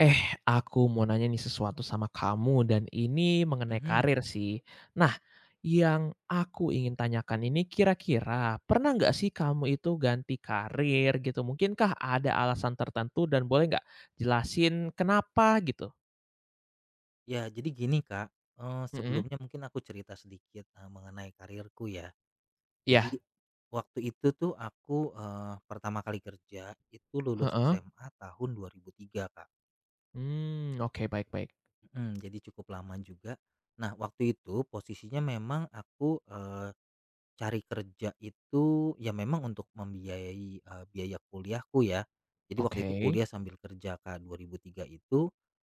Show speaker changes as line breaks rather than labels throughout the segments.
Eh, aku mau nanya nih sesuatu sama kamu dan ini mengenai
Mhm.
karir sih. Nah, yang aku ingin tanyakan ini kira-kira pernah nggak sih kamu itu ganti karir gitu? Mungkinkah ada alasan tertentu dan boleh nggak jelasin kenapa gitu?
Ya, jadi gini Kak,
Mhm.
sebelumnya mungkin aku cerita sedikit, mengenai karirku ya.
Iya.
Jadi, waktu itu tuh aku, pertama kali kerja itu lulus
Heeh.
SMA tahun 2003 Kak,
Mmm, oke, baik, baik.
mhm, jadi cukup lama juga. Nah, waktu itu posisinya memang aku, cari kerja itu ya memang untuk membiayai, biaya kuliahku ya. Jadi waktu itu
Oke.
kuliah sambil kerja Kak, 2003 itu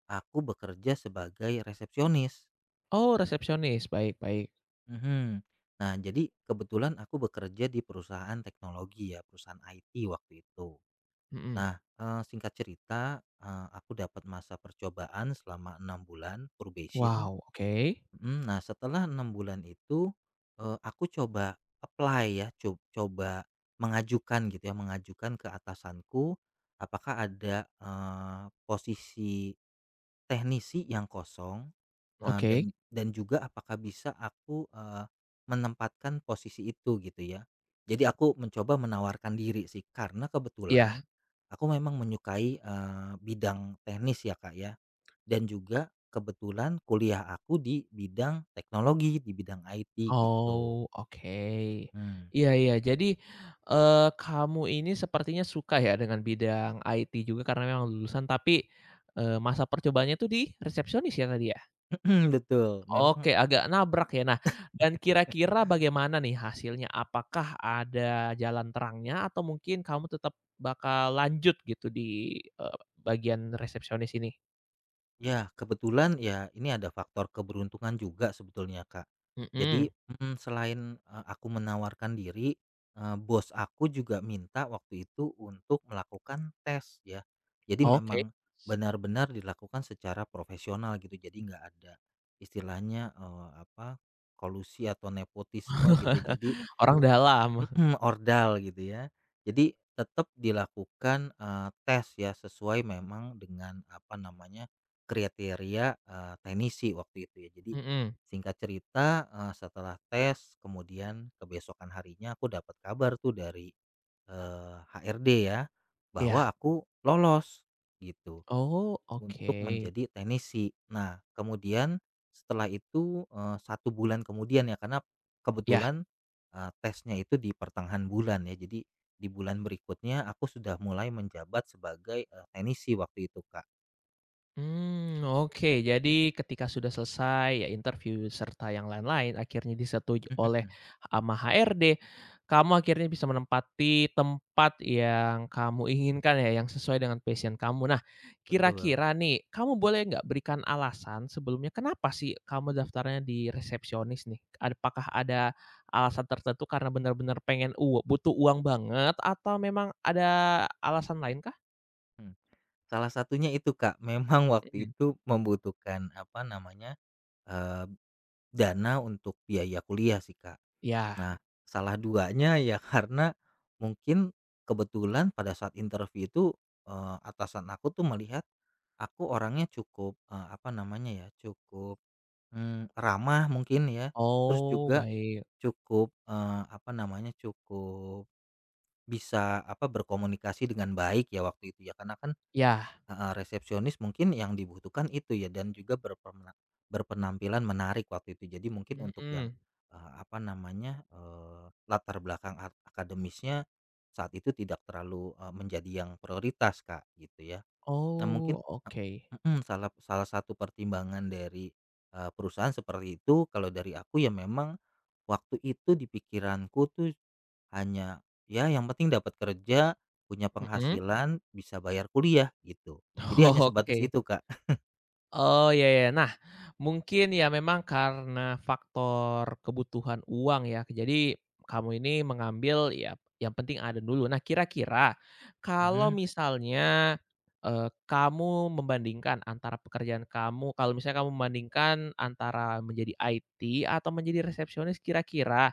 aku bekerja sebagai resepsionis.
Oh, resepsionis, baik, baik.
Mhm. Nah, jadi kebetulan aku bekerja di perusahaan teknologi ya, perusahaan IT waktu itu.
Mhm.
Nah, singkat cerita, aku dapat masa percobaan selama 6 bulan probation.
Wow, oke.
Nah, setelah 6 bulan itu, aku coba apply ya, coba mengajukan gitu ya, mengajukan ke atasanku apakah ada posisi teknisi yang kosong. Eee,
Oke.
dan juga apakah bisa aku, menempatkan posisi itu gitu ya. Jadi aku mencoba menawarkan diri sih karena
Iya.
kebetulan aku memang menyukai, bidang teknis ya, Kak, ya dan juga kebetulan kuliah aku di bidang teknologi, di bidang IT gitu.
Oh, oke.
Mmm,
Iya, iya. Jadi, kamu ini sepertinya suka ya dengan bidang IT juga karena memang lulusan tapi, masa percobaannya tuh di resepsionis ya tadi ya?
betul
Oke,
memang.
agak nabrak ya. Nah, dan kira-kira bagaimana nih hasilnya? Apakah ada jalan terangnya atau mungkin kamu tetap bakal lanjut gitu di, bagian resepsionis ini?
Ya, kebetulan ya ini ada faktor keberuntungan juga sebetulnya, Kak.
Mhm.
Jadi, selain, aku menawarkan diri, bos aku juga minta waktu itu untuk melakukan tes ya. Jadi
Oke.
memang benar-benar dilakukan secara profesional gitu. Jadi nggak ada istilahnya, apa, kolusi atau nepotisme gitu. Jadi,
Orang dalam.
mhm, ordal gitu ya. Jadi tetap dilakukan, tes ya sesuai memang dengan apa namanya, kriteria, teknisi waktu itu ya. Jadi
Mhm.
singkat cerita, setelah tes kemudian kebesokan harinya aku dapat kabar tuh dari, HRD ya
Iya.
bahwa aku lolos gitu.
Oh,
Untuk
oke.
menjadi teknisi. Nah, kemudian setelah itu, 1 bulan kemudian ya, karena
Iya.
kebetulan, tesnya itu di pertengahan bulan ya, jadi di bulan berikutnya aku sudah mulai menjabat sebagai, teknisi waktu itu, Kak.
Hmm, oke. Jadi ketika sudah selesai, ya interview serta yang lain-lain, akhirnya disetujui oleh
Mhm,
ama HRD, kamu akhirnya bisa menempati tempat yang kamu inginkan ya, yang sesuai dengan passion kamu. Nah,
betul.
kira-kira nih, kamu boleh nggak berikan alasan sebelumnya kenapa sih kamu daftarnya di resepsionis nih? Apakah ada alasan tertentu karena benar-benar pengen u butuh uang banget atau memang ada alasan lain kah?
Mhm. Salah satunya itu, Kak, memang waktu
Mhm.
itu membutuhkan, apa namanya, eee, dana untuk biaya kuliah sih, Kak.
Ya.
Nah, salah duanya ya karena mungkin kebetulan pada saat interview itu, atasan aku tuh melihat aku orangnya cukup, apa namanya ya, cukup, ramah mungkin ya, terus
Oh,
juga
baik.
cukup, apa namanya, cukup bisa, apa, berkomunikasi dengan baik ya waktu itu ya, karena kan,
Ya.
heeh, resepsionis mungkin yang dibutuhkan itu ya dan juga berpenampilan menarik waktu itu. Jadi mungkin untuk yang,
Mhm.
apa namanya, latar belakang akademisnya saat itu tidak terlalu, menjadi yang prioritas, Kak, gitu ya. Nah mungkin
Oh, oke.
salah salah satu pertimbangan dari, perusahaan seperti itu kalau dari aku ya memang, waktu itu di pikiranku tuh, hanya ya yang penting dapat kerja, punya
Mhm.
penghasilan, bisa bayar kuliah gitu, jadi hanya sebatas
Oke.
itu Kak.
Oh, ya ya. Nah, mungkin ya memang karena faktor kebutuhan uang ya, jadi kamu ini mengambil ya yang penting ada dulu. Nah, kira-kira kalau
Mhm,
misalnya, kamu membandingkan antara pekerjaan kamu kalau misalnya kamu membandingkan antara menjadi IT atau menjadi resepsionis, kira-kira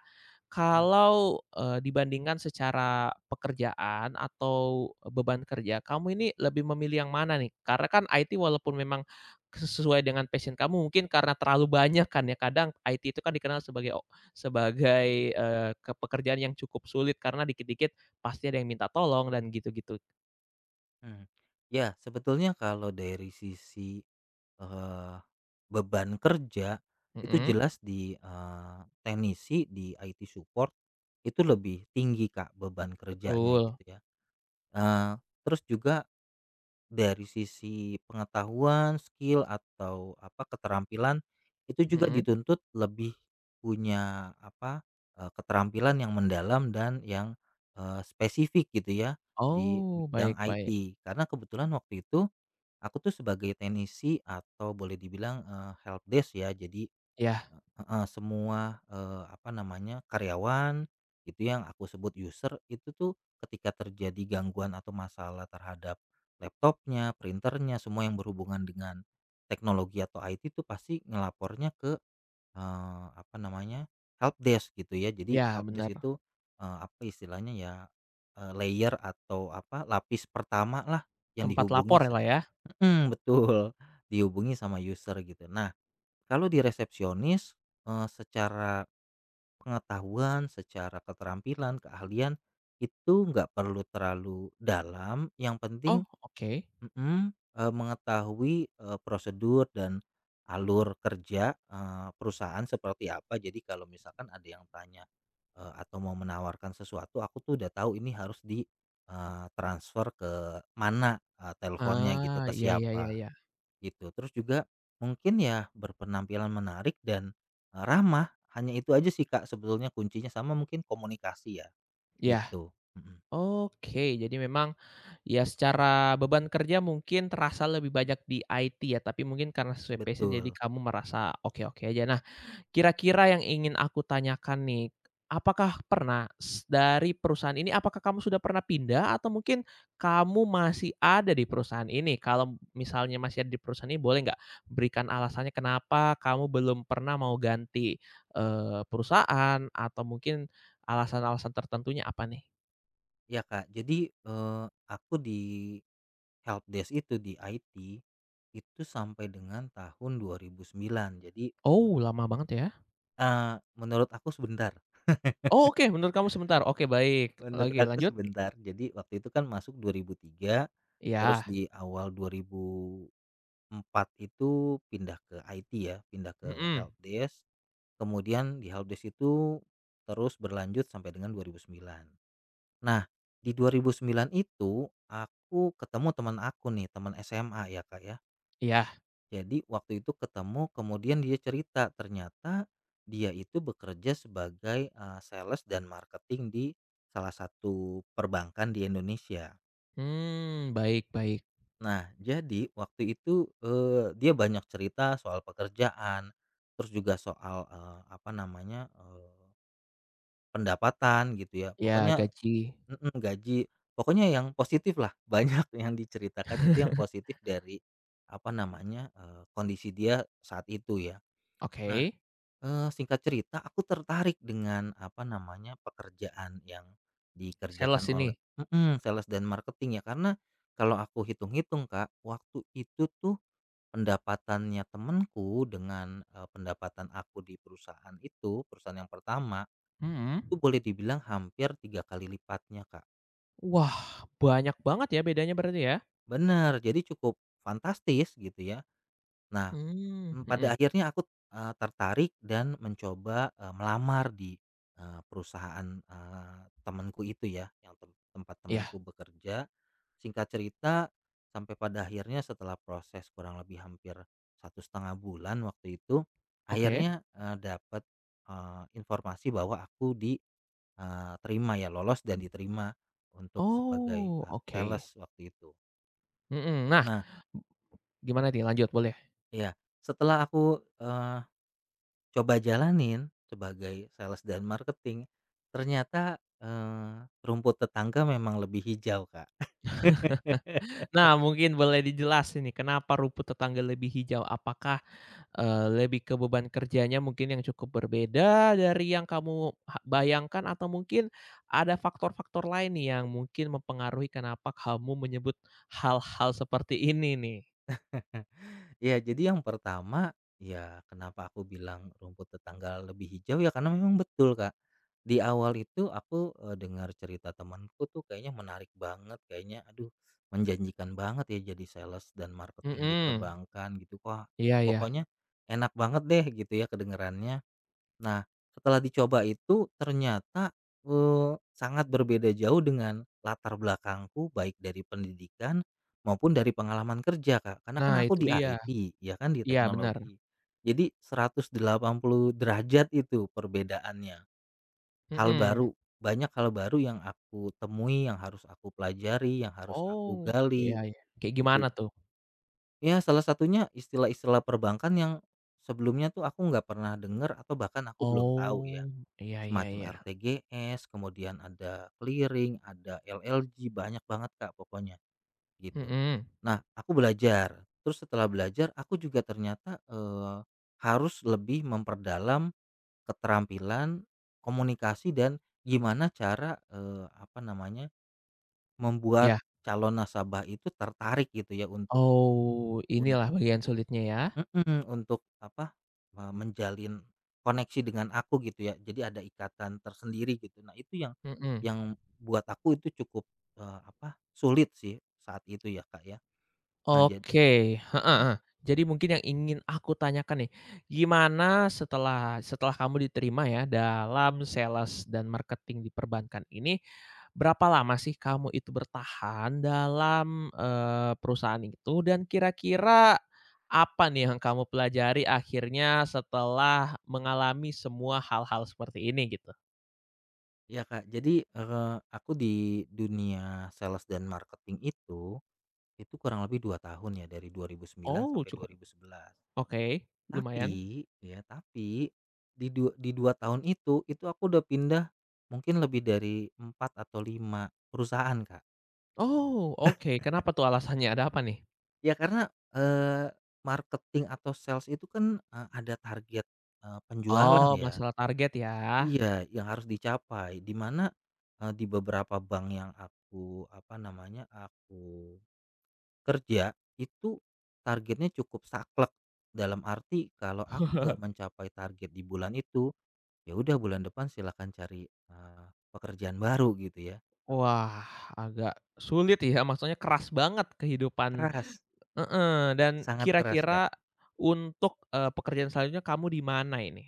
mhm,
kalau, dibandingkan secara pekerjaan atau beban kerja, kamu ini lebih memilih yang mana nih? Karena kan IT walaupun memang sesuai dengan passion kamu mungkin karena terlalu banyak kan ya kadang IT itu kan dikenal sebagai sebagai, eee, ke pekerjaan yang cukup sulit karena dikit-dikit pasti ada yang minta tolong dan gitu-gitu.
mhm. Ya sebetulnya kalau dari sisi, Eee, beban kerja itu
Mhm.
jelas di, teknisi, di IT support itu lebih tinggi, Kak, beban kerjanya
Betul.
gitu ya. Eee, terus juga dari sisi pengetahuan, skill, atau apa, keterampilan itu juga
Mhm.
dituntut lebih punya apa, keterampilan yang mendalam dan yang, spesifik gitu ya di
Oh, baik,
bidang
baik.
IT. Karena kebetulan waktu itu aku tuh sebagai teknisi atau boleh dibilang, help desk ya. Jadi,
Ya,
heeh, semua, apa namanya, karyawan itu yang aku sebut user, itu tuh ketika terjadi gangguan atau masalah terhadap laptopnya, printernya, semua yang berhubungan dengan teknologi atau IT itu pasti ngelapornya ke, apa namanya, help desk gitu ya. Jadi
ya,
help
benar.
desk itu, apa istilahnya ya, layer atau apa, lapis pertama lah yang
Tempat
dihubungi.
lapor ya, lah, ya?
Hmm, betul, dihubungi sama user gitu. Nah, kalau di resepsionis, secara pengetahuan, secara keterampilan, keahlian, itu nggak perlu terlalu dalam, yang penting,
Oh, oke.
mhm, mengetahui, prosedur dan alur kerja, perusahaan seperti apa. Jadi kalau misalkan ada yang tanya, atau mau menawarkan sesuatu, aku tuh udah tahu ini harus di, transfer ke mana, teleponnya gitu,
Ah,
ke
iya, iya, iya,
siapa.
iya.
Gitu, terus juga mungkin ya berpenampilan menarik dan, ramah, hanya itu aja sih Kak sebetulnya kuncinya sama mungkin komunikasi ya,
Ya.
gitu. Mhm,
Oke, jadi memang ya secara beban kerja mungkin terasa lebih banyak di IT ya, tapi mungkin karena sesuai passion jadi
betul.
kamu merasa oke-oke aja. Nah, kira-kira yang ingin aku tanyakan nih, apakah pernah s dari perusahaan ini apakah kamu sudah pernah pindah atau mungkin kamu masih ada di perusahaan ini? Kalau misalnya masih ada di perusahaan ini boleh nggak berikan alasannya kenapa kamu belum pernah mau ganti, perusahaan atau mungkin alasan-alasan tertentunya apa nih?
Ya Kak, jadi, aku di helpdesk itu di IT, itu sampai dengan tahun 2009. Jadi,
Oh, lama banget ya?
eee, menurut aku sebentar,
Oh, oke, menurut kamu sebentar. Oke, baik,
menurut
lagi
aku
lanjut?
sebentar. Jadi waktu itu kan masuk 2003, terus
Iya.
di awal 2004 itu pindah ke IT ya, pindah ke
Mhm.
helpdesk, kemudian di helpdesk itu terus berlanjut sampai dengan 2009. Nah, di 2009 itu aku ketemu teman aku nih, teman SMA ya, Kak, ya.
Iya.
Jadi waktu itu ketemu kemudian dia cerita ternyata dia itu bekerja sebagai, sales dan marketing di salah satu perbankan di Indonesia.
Mmm, baik, baik.
Nah, jadi waktu itu, dia banyak cerita soal pekerjaan, terus juga soal, apa namanya, pendapatan gitu ya,
Ya,
pokoknya,
gaji.
mhm, gaji, pokoknya yang positif lah. Banyak yang diceritakan itu yang positif dari, apa namanya, kondisi dia saat itu ya. Nah,
Oke.
singkat cerita aku tertarik dengan, apa namanya, pekerjaan yang dikerjakan
Sales
oleh,
ini.
sales dan marketing ya, karena kalau aku hitung-hitung Kak, waktu itu tuh pendapatannya temenku dengan, pendapatan aku di perusahaan itu, perusahaan yang pertama, itu
Mhm.
boleh dibilang hampir 3 kali lipatnya, Kak.
Wah, banyak banget ya bedanya berarti ya?
Benar, jadi cukup fantastis gitu ya. Nah,
Mmm,
Pada
mhm.
akhirnya aku, tertarik dan mencoba, melamar di, perusahaan, temanku itu ya, yang tempat
Iya,
temanku bekerja. Singkat cerita, sampai pada akhirnya setelah proses kurang lebih hampir 1,5 bulan waktu itu,
oke.
akhirnya dapat informasi bahwa aku diterima ya, lolos dan diterima untuk sebagai,
Oh, oke.
sales waktu itu.
Mhm, nah,
Nah,
gimana nih? Lanjut, boleh.
ya setelah aku coba jalanin sebagai sales dan marketing, ternyata, rumput tetangga memang lebih hijau, Kak.
Nah, mungkin boleh dijelasin nih kenapa rumput tetangga lebih hijau? Apakah, lebih ke beban kerjanya mungkin yang cukup berbeda dari yang kamu ha bayangkan atau mungkin ada faktor-faktor lain nih yang mungkin mempengaruhi kenapa kamu menyebut hal-hal seperti ini nih?
Ya jadi yang pertama, ya kenapa aku bilang rumput tetangga lebih hijau, ya karena memang betul, Kak. Di awal itu aku, dengar cerita temanku tuh kayaknya menarik banget, kayaknya aduh menjanjikan banget ya jadi sales dan marketing di
Mhm.
perbankan gitu, wah,
Iya, iya.
pokoknya enak banget deh gitu ya kedengerannya. Nah, setelah dicoba itu ternyata, sangat berbeda jauh dengan latar belakangku baik dari pendidikan maupun dari pengalaman kerja, Kak. Karena kan
Nah,
aku
itu
di
dia.
IT ya kan, di
Iya, benar.
teknologi. Jadi 180 derajat itu perbedaannya. Hal
Mhm.
baru, banyak hal baru yang aku temui, yang harus aku pelajari, yang harus aku
Oh, iya,
gali
iya. Kayak
gitu.
gimana tuh?
Ya salah satunya istilah-istilah perbankan yang sebelumnya tuh aku nggak pernah dengar atau bahkan aku belum tahu ya.
Oh, iya, iya,
Semacam
iya.
RTGS, kemudian ada clearing, ada LLG, banyak banget Kak pokoknya, gitu.
Mhm.
Nah, aku belajar, terus setelah belajar aku juga ternyata, harus lebih memperdalam keterampilan komunikasi dan gimana cara, apa namanya, membuat
Iya.
calon nasabah itu tertarik gitu ya untuk
Oh, inilah bagian sulitnya ya?
Mhm, untuk apa, menjalin koneksi dengan aku gitu ya. Jadi ada ikatan tersendiri gitu. Nah itu yang
Mhm.
buat aku itu cukup, apa, sulit sih saat itu ya, Kak, ya. Nah jadi.
Oke, heeh,
Mhm.
heeh. Jadi mungkin yang ingin aku tanyakan nih, gimana setelah setelah kamu diterima ya dalam sales dan marketing di perbankan ini, berapa lama sih kamu itu bertahan dalam, perusahaan itu dan kira-kira apa nih yang kamu pelajari akhirnya setelah mengalami semua hal-hal seperti ini gitu?
Iya, Kak. Jadi, aku di dunia sales dan marketing itu kurang lebih 2 tahun ya dari 2009
Oh,
sampai dua
cukup
ribu sebelas.
oke, lumayan.
Tapi di dua tahun itu aku udah pindah mungkin lebih dari 4 atau 5 perusahaan, Kak.
Oh, oke, kenapa tuh alasannya? Ada apa nih?
Ya karena, eee, marketing atau sales itu kan, ada target, penjualan
Oh,
ya.
masalah target ya?
Iya, yang harus dicapai, di mana, di beberapa bank yang aku, apa namanya, aku kerja, itu targetnya cukup saklek. Dalam arti kalau aku nggak mencapai target di bulan itu, ya udah bulan depan silahkan cari, pekerjaan baru gitu ya.
Wah, agak sulit ya, maksudnya keras banget kehidupan.
Keras,
Heeh, dan
sangat keras, Kak.
kira-kira untuk, pekerjaan selanjutnya kamu di mana ini?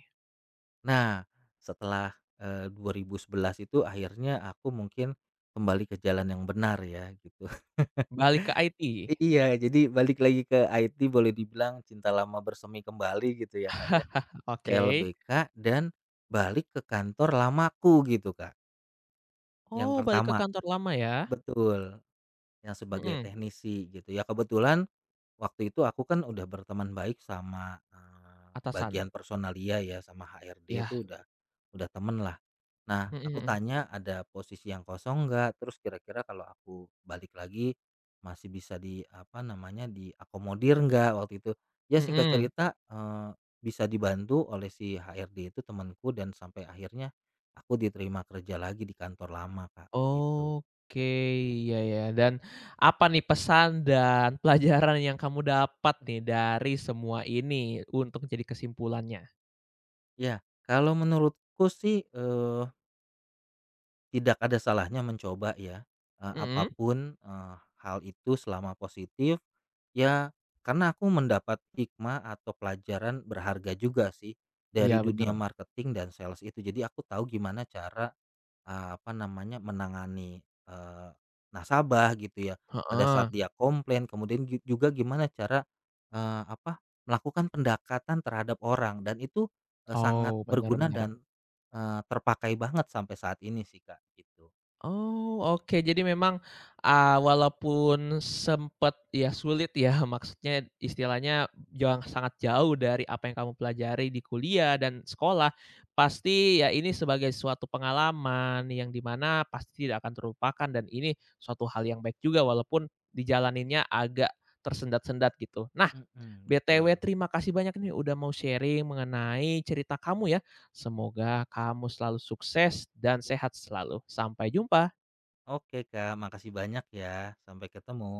Nah, setelah, 2011 itu akhirnya aku mungkin kembali ke jalan yang benar ya gitu.
Balik ke IT?
Iya, jadi balik lagi ke IT boleh dibilang cinta lama bersemi kembali gitu ya, Kak, ya.
Oke.
CLBK dan balik ke kantor lamaku gitu, Kak, yang
Oh, balik ke
pertama.
kantor lama ya?
Betul, yang sebagai
Mhm,
teknisi gitu ya. Kebetulan waktu itu aku kan udah berteman baik sama,
atasan?
bagian personalia ya, sama HRD
Iya,
itu udah temen lah. Nah, aku
mhm,
tanya, "Ada posisi yang kosong nggak? Terus kira-kira kalau aku balik lagi masih bisa di apa namanya, diakomodir nggak?" Waktu itu. Ya
mhm,
singkat
mhm.
cerita, bisa dibantu oleh si HRD itu temanku dan sampai akhirnya aku diterima kerja lagi di kantor lama Kak, gitu.
Oke, iya ya, dan apa nih pesan dan pelajaran yang kamu dapat
Mmm.
nih dari semua ini untuk jadi kesimpulannya?
Ya, kalau menurutku sih, tidak ada salahnya mencoba ya,
Mhm,
apapun, hal itu selama positif, ya karena aku mendapat hikmah atau pelajaran berharga juga sih dari
iya,
dunia
bener,
marketing dan sales itu. Jadi aku tahu gimana cara, apa namanya, menangani, eee, nasabah gitu ya, pada saat
heeh.
dia komplain kemudian, juga gimana cara, apa, melakukan pendekatan terhadap orang dan itu, sangat
Oh,
berguna
benar-benar.
dan, terpakai banget sampai saat ini sih Kak, gitu.
Oh, oke. Jadi memang, walaupun sempet ya sulit ya, maksudnya istilahnya yang sangat jauh dari apa yang kamu pelajari di kuliah dan sekolah, pasti ya ini sebagai suatu pengalaman yang dimana pasti tidak akan terlupakan dan ini suatu hal yang baik juga walaupun dijalaninnya agak tersendat-sendat gitu. Nah,
Mhm,
BTW
betul.
terima kasih banyak nih udah mau sharing mengenai cerita kamu ya. Semoga kamu selalu sukses dan sehat selalu. Sampai jumpa.
Oke Kak, makasih banyak ya, sampai ketemu.